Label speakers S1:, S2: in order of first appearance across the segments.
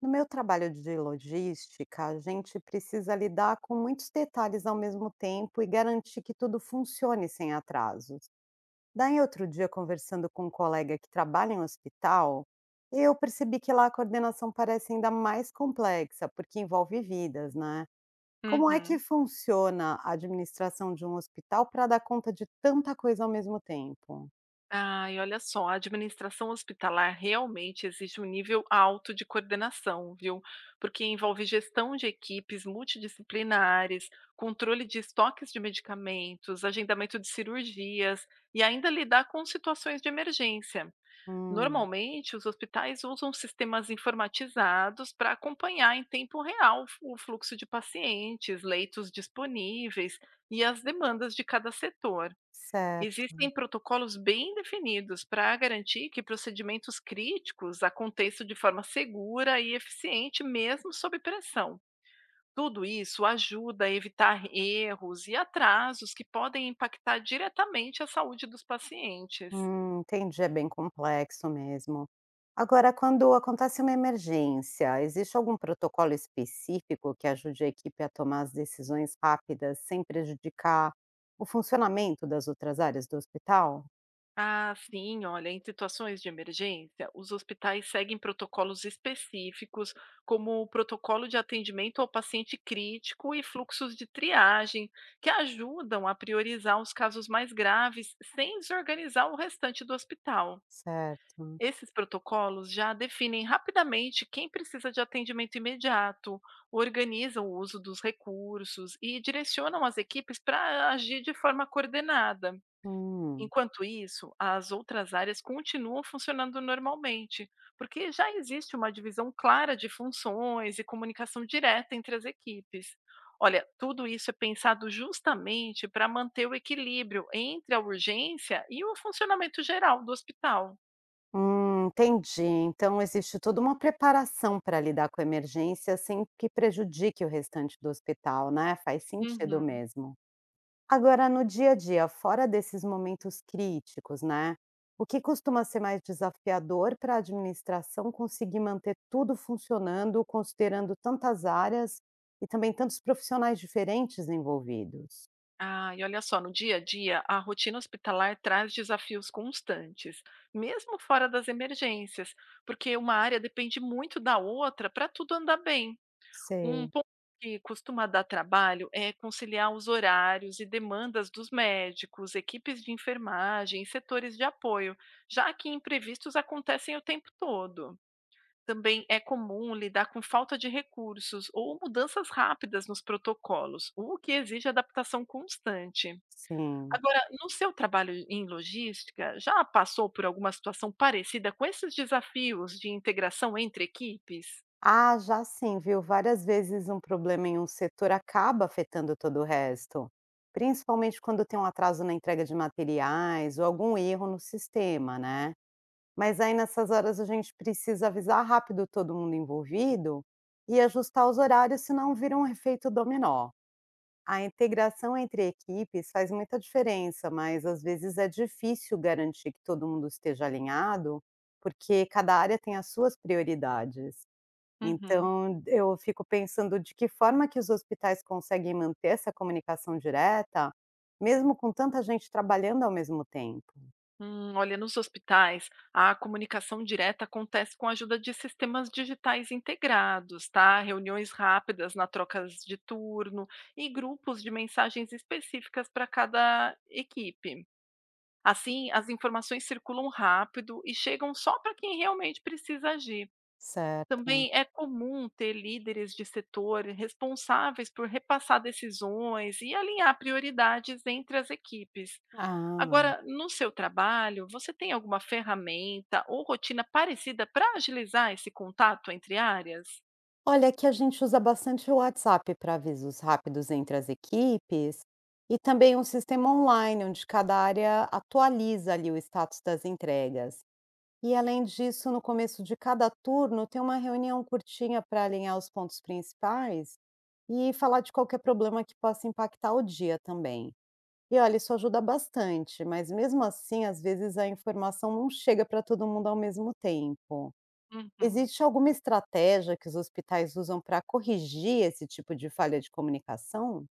S1: No meu trabalho de logística, a gente precisa lidar com muitos detalhes ao mesmo tempo e garantir que tudo funcione sem atrasos. Daí, outro dia, conversando com um colega que trabalha em hospital, eu percebi que lá a coordenação parece ainda mais complexa, porque envolve vidas, né? Como é que
S2: Uhum.
S1: funciona a administração de um hospital para dar conta de tanta coisa ao mesmo tempo?
S2: Ah, e olha só, a administração hospitalar realmente exige um nível alto de coordenação, viu? Porque envolve gestão de equipes multidisciplinares, controle de estoques de medicamentos, agendamento de cirurgias e ainda lidar com situações de emergência.
S1: Hum,
S2: Normalmente, os hospitais usam sistemas informatizados para acompanhar em tempo real o fluxo de pacientes, leitos disponíveis e as demandas de cada setor.
S1: certo.
S2: Existem protocolos bem definidos para garantir que procedimentos críticos aconteçam de forma segura e eficiente, mesmo sob pressão. Tudo isso ajuda a evitar erros e atrasos que podem impactar diretamente a saúde dos pacientes.
S1: Entendi, é bem complexo mesmo. Agora, quando acontece uma emergência, existe algum protocolo específico que ajude a equipe a tomar as decisões rápidas sem prejudicar o funcionamento das outras áreas do hospital?
S2: Ah, sim, olha, em situações de emergência, os hospitais seguem protocolos específicos, como o protocolo de atendimento ao paciente crítico e fluxos de triagem, que ajudam a priorizar os casos mais graves sem desorganizar o restante do hospital.
S1: Certo.
S2: Esses protocolos já definem rapidamente quem precisa de atendimento imediato, organizam o uso dos recursos e direcionam as equipes para agir de forma coordenada.
S1: Hum.
S2: Enquanto isso, as outras áreas continuam funcionando normalmente, porque já existe uma divisão clara de funções e comunicação direta entre as equipes. Olha, tudo isso é pensado justamente para manter o equilíbrio entre a urgência e o funcionamento geral do hospital.
S1: Entendi. Então, existe toda uma preparação para lidar com a emergência sem que prejudique o restante do hospital, né? Faz sentido
S2: Uhum.
S1: mesmo. Agora, no dia a dia, fora desses momentos críticos, né, o que costuma ser mais desafiador para a administração conseguir manter tudo funcionando, considerando tantas áreas e também tantos profissionais diferentes envolvidos?
S2: Ah, e olha só, no dia a dia, a rotina hospitalar traz desafios constantes, mesmo fora das emergências, porque uma área depende muito da outra para tudo andar bem. Um
S1: Sei.
S2: ponto que costuma dar trabalho é conciliar os horários e demandas dos médicos, equipes de enfermagem, e setores de apoio, já que imprevistos acontecem o tempo todo. Também é comum lidar com falta de recursos ou mudanças rápidas nos protocolos, o que exige adaptação constante.
S1: Sim.
S2: Agora, no seu trabalho em logística, já passou por alguma situação parecida com esses desafios de integração entre equipes?
S1: Ah, já sim, viu? Várias vezes um problema em um setor acaba afetando todo o resto, principalmente quando tem um atraso na entrega de materiais ou algum erro no sistema, né? Mas aí nessas horas a gente precisa avisar rápido todo mundo envolvido e ajustar os horários, senão vira um efeito dominó. A integração entre equipes faz muita diferença, mas às vezes é difícil garantir que todo mundo esteja alinhado, porque cada área tem as suas prioridades.
S2: Uhum.
S1: Então, eu fico pensando de que forma que os hospitais conseguem manter essa comunicação direta, mesmo com tanta gente trabalhando ao mesmo tempo.
S2: Olha, nos hospitais, a comunicação direta acontece com a ajuda de sistemas digitais integrados, tá? Reuniões rápidas na trocas de turno e grupos de mensagens específicas para cada equipe. Assim, as informações circulam rápido e chegam só para quem realmente precisa agir.
S1: Certo.
S2: Também é comum ter líderes de setor responsáveis por repassar decisões e alinhar prioridades entre as equipes.
S1: Ah.
S2: Agora, no seu trabalho, você tem alguma ferramenta ou rotina parecida para agilizar esse contato entre áreas?
S1: Olha, aqui a gente usa bastante o WhatsApp para avisos rápidos entre as equipes e também um sistema online onde cada área atualiza ali o status das entregas. E além disso, no começo de cada turno tem uma reunião curtinha para alinhar os pontos principais e falar de qualquer problema que possa impactar o dia também. E olha, isso ajuda bastante, mas mesmo assim, às vezes a informação não chega para todo mundo ao mesmo tempo.
S2: Uhum.
S1: Existe alguma estratégia que os hospitais usam para corrigir esse tipo de falha de comunicação?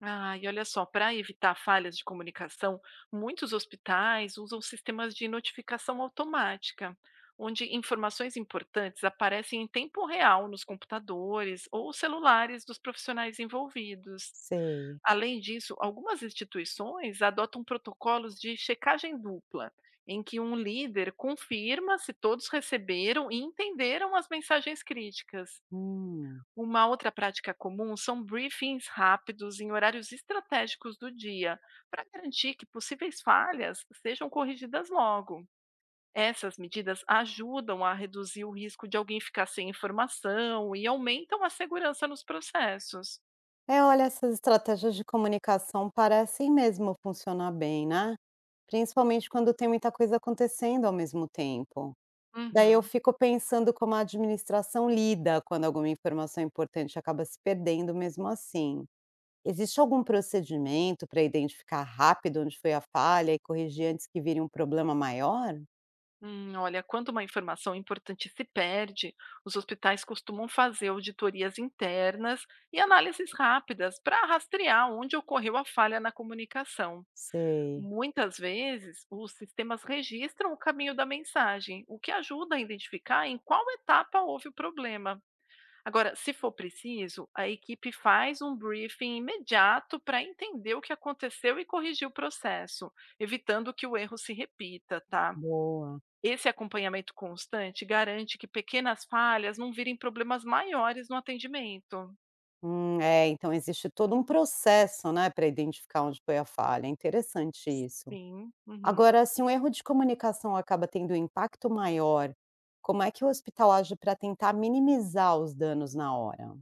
S2: Ah, e olha só, para evitar falhas de comunicação, muitos hospitais usam sistemas de notificação automática, onde informações importantes aparecem em tempo real nos computadores ou celulares dos profissionais envolvidos.
S1: Sei.
S2: Além disso, algumas instituições adotam protocolos de checagem dupla, em que um líder confirma se todos receberam e entenderam as mensagens críticas.
S1: Hum.
S2: Uma outra prática comum são briefings rápidos em horários estratégicos do dia, para garantir que possíveis falhas sejam corrigidas logo. Essas medidas ajudam a reduzir o risco de alguém ficar sem informação e aumentam a segurança nos processos.
S1: É, olha, essas estratégias de comunicação parecem mesmo funcionar bem, né? Principalmente quando tem muita coisa acontecendo ao mesmo tempo. Daí eu
S2: Uhum.
S1: fico pensando como a administração lida quando alguma informação importante acaba se perdendo mesmo assim. Existe algum procedimento para identificar rápido onde foi a falha e corrigir antes que vire um problema maior?
S2: Olha, quando uma informação importante se perde, os hospitais costumam fazer auditorias internas e análises rápidas para rastrear onde ocorreu a falha na comunicação.
S1: Sei,
S2: Muitas vezes, os sistemas registram o caminho da mensagem, o que ajuda a identificar em qual etapa houve o problema. Agora, se for preciso, a equipe faz um briefing imediato para entender o que aconteceu e corrigir o processo, evitando que o erro se repita, tá?
S1: boa.
S2: Esse acompanhamento constante garante que pequenas falhas não virem problemas maiores no atendimento.
S1: É, então existe todo um processo, né, para identificar onde foi a falha. É interessante isso.
S2: Sim. Uhum.
S1: Agora, se um erro de comunicação acaba tendo um impacto maior, como é que o hospital age para tentar minimizar os danos na hora?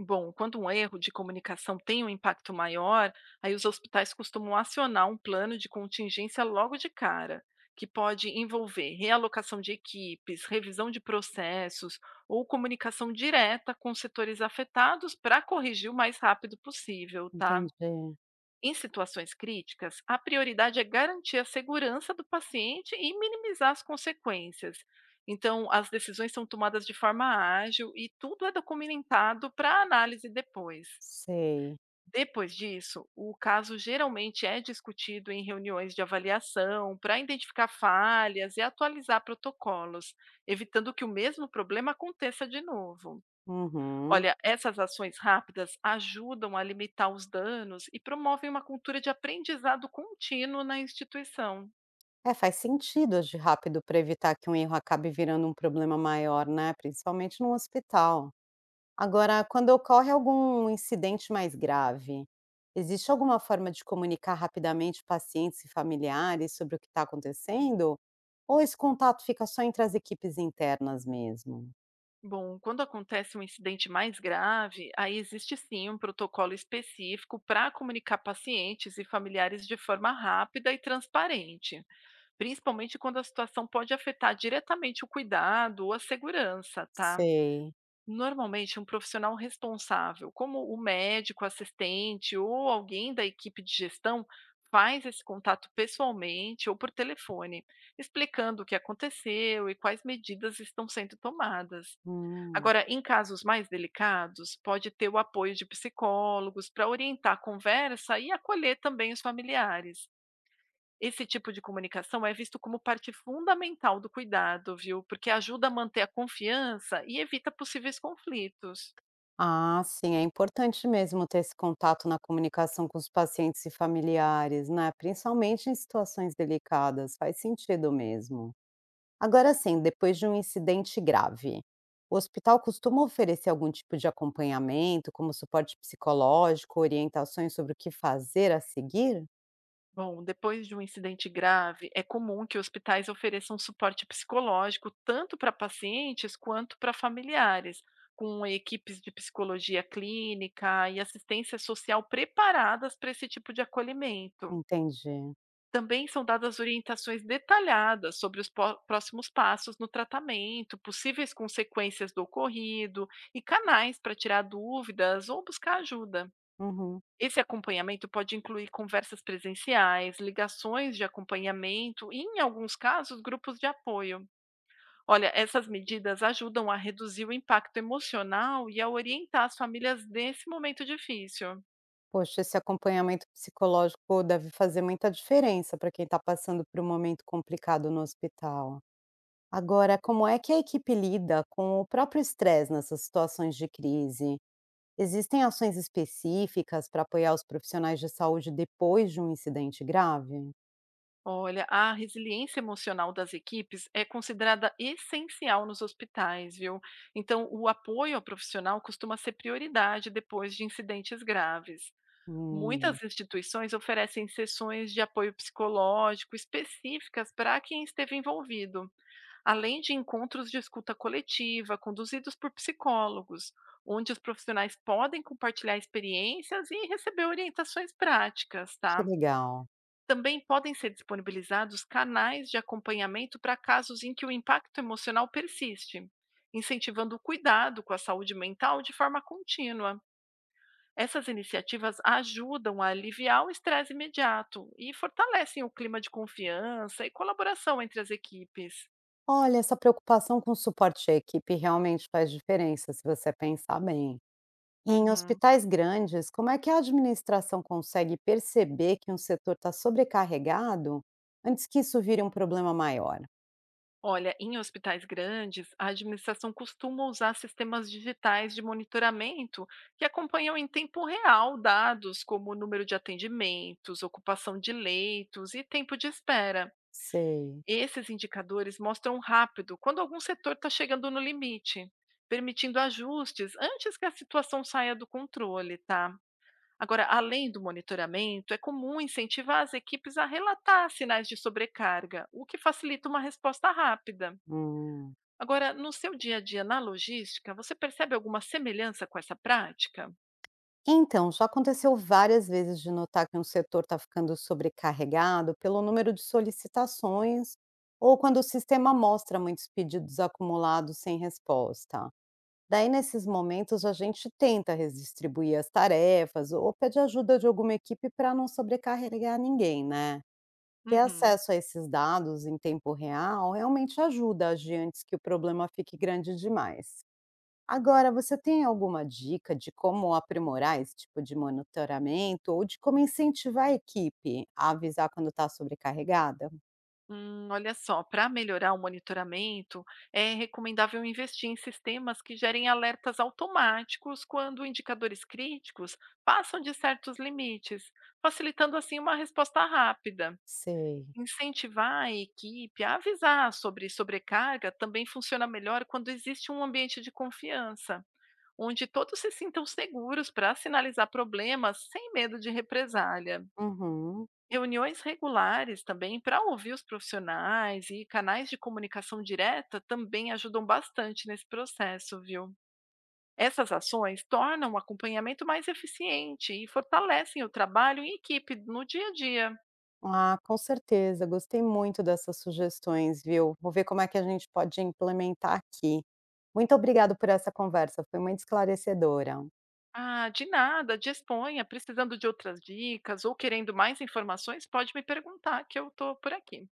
S2: Bom, quando um erro de comunicação tem um impacto maior, aí os hospitais costumam acionar um plano de contingência logo de cara, que pode envolver realocação de equipes, revisão de processos ou comunicação direta com os setores afetados para corrigir o mais rápido possível, tá?
S1: Entendi,
S2: Em situações críticas, a prioridade é garantir a segurança do paciente e minimizar as consequências. Então, as decisões são tomadas de forma ágil e tudo é documentado para análise depois.
S1: sei.
S2: Depois disso, o caso geralmente é discutido em reuniões de avaliação para identificar falhas e atualizar protocolos, evitando que o mesmo problema aconteça de novo.
S1: Uhum.
S2: Olha, essas ações rápidas ajudam a limitar os danos e promovem uma cultura de aprendizado contínuo na instituição.
S1: É, faz sentido agir rápido para evitar que um erro acabe virando um problema maior, né, principalmente num hospital. Agora, quando ocorre algum incidente mais grave, existe alguma forma de comunicar rapidamente pacientes e familiares sobre o que está acontecendo? Ou esse contato fica só entre as equipes internas mesmo?
S2: Bom, quando acontece um incidente mais grave, aí existe sim um protocolo específico para comunicar pacientes e familiares de forma rápida e transparente, principalmente quando a situação pode afetar diretamente o cuidado ou a segurança, tá?
S1: Sei.
S2: Normalmente, um profissional responsável, como o médico, assistente ou alguém da equipe de gestão, faz esse contato pessoalmente ou por telefone, explicando o que aconteceu e quais medidas estão sendo tomadas.
S1: Hum.
S2: Agora, em casos mais delicados, pode ter o apoio de psicólogos para orientar a conversa e acolher também os familiares. Esse tipo de comunicação é visto como parte fundamental do cuidado, viu? Porque ajuda a manter a confiança e evita possíveis conflitos.
S1: Ah, sim, é importante mesmo ter esse contato na comunicação com os pacientes e familiares, né? Principalmente em situações delicadas, faz sentido mesmo. Agora sim, depois de um incidente grave, o hospital costuma oferecer algum tipo de acompanhamento, como suporte psicológico, orientações sobre o que fazer a seguir?
S2: Bom, depois de um incidente grave, é comum que hospitais ofereçam suporte psicológico tanto para pacientes quanto para familiares, com equipes de psicologia clínica e assistência social preparadas para esse tipo de acolhimento.
S1: Entendi.
S2: Também são dadas orientações detalhadas sobre os próximos passos no tratamento, possíveis consequências do ocorrido e canais para tirar dúvidas ou buscar ajuda.
S1: Uhum.
S2: Esse acompanhamento pode incluir conversas presenciais, ligações de acompanhamento e, em alguns casos, grupos de apoio. Olha, essas medidas ajudam a reduzir o impacto emocional e a orientar as famílias nesse momento difícil.
S1: Poxa, esse acompanhamento psicológico deve fazer muita diferença para quem está passando por um momento complicado no hospital. Agora, como é que a equipe lida com o próprio estresse nessas situações de crise? Existem ações específicas para apoiar os profissionais de saúde depois de um incidente grave?
S2: Olha, a resiliência emocional das equipes é considerada essencial nos hospitais, viu? Então, o apoio ao profissional costuma ser prioridade depois de incidentes graves.
S1: Hum,
S2: Muitas instituições oferecem sessões de apoio psicológico específicas para quem esteve envolvido, além de encontros de escuta coletiva conduzidos por psicólogos, onde os profissionais podem compartilhar experiências e receber orientações práticas,
S1: que
S2: tá?
S1: legal.
S2: Também podem ser disponibilizados canais de acompanhamento para casos em que o impacto emocional persiste, incentivando o cuidado com a saúde mental de forma contínua. Essas iniciativas ajudam a aliviar o estresse imediato e fortalecem o clima de confiança e colaboração entre as equipes.
S1: Olha, essa preocupação com o suporte à equipe realmente faz diferença, se você pensar bem. E em
S2: Uhum.
S1: hospitais grandes, como é que a administração consegue perceber que um setor está sobrecarregado antes que isso vire um problema maior?
S2: Olha, em hospitais grandes, a administração costuma usar sistemas digitais de monitoramento que acompanham em tempo real dados como o número de atendimentos, ocupação de leitos e tempo de espera.
S1: Sei.
S2: Esses indicadores mostram rápido quando algum setor está chegando no limite, permitindo ajustes antes que a situação saia do controle, tá? Agora, além do monitoramento, é comum incentivar as equipes a relatar sinais de sobrecarga, o que facilita uma resposta rápida.
S1: Hum.
S2: Agora, no seu dia a dia na logística, você percebe alguma semelhança com essa prática?
S1: Então, já aconteceu várias vezes de notar que um setor está ficando sobrecarregado pelo número de solicitações ou quando o sistema mostra muitos pedidos acumulados sem resposta. Daí, nesses momentos, a gente tenta redistribuir as tarefas ou pede ajuda de alguma equipe para não sobrecarregar ninguém, né? Ter
S2: Uhum.
S1: acesso a esses dados em tempo real realmente ajuda a agir antes que o problema fique grande demais. Agora, você tem alguma dica de como aprimorar esse tipo de monitoramento ou de como incentivar a equipe a avisar quando está sobrecarregada?
S2: Olha só, para melhorar o monitoramento, é recomendável investir em sistemas que gerem alertas automáticos quando indicadores críticos passam de certos limites, facilitando assim uma resposta rápida.
S1: Sei.
S2: Incentivar a equipe a avisar sobre sobrecarga também funciona melhor quando existe um ambiente de confiança, onde todos se sintam seguros para sinalizar problemas sem medo de represália.
S1: Uhum.
S2: Reuniões regulares também para ouvir os profissionais e canais de comunicação direta também ajudam bastante nesse processo, viu? Essas ações tornam o acompanhamento mais eficiente e fortalecem o trabalho em equipe no dia a dia.
S1: Ah, com certeza, gostei muito dessas sugestões, viu? Vou ver como é que a gente pode implementar aqui. Muito obrigado por essa conversa, foi muito esclarecedora.
S2: Ah, de nada, disponha. Precisando de outras dicas ou querendo mais informações, pode me perguntar que eu estou por aqui.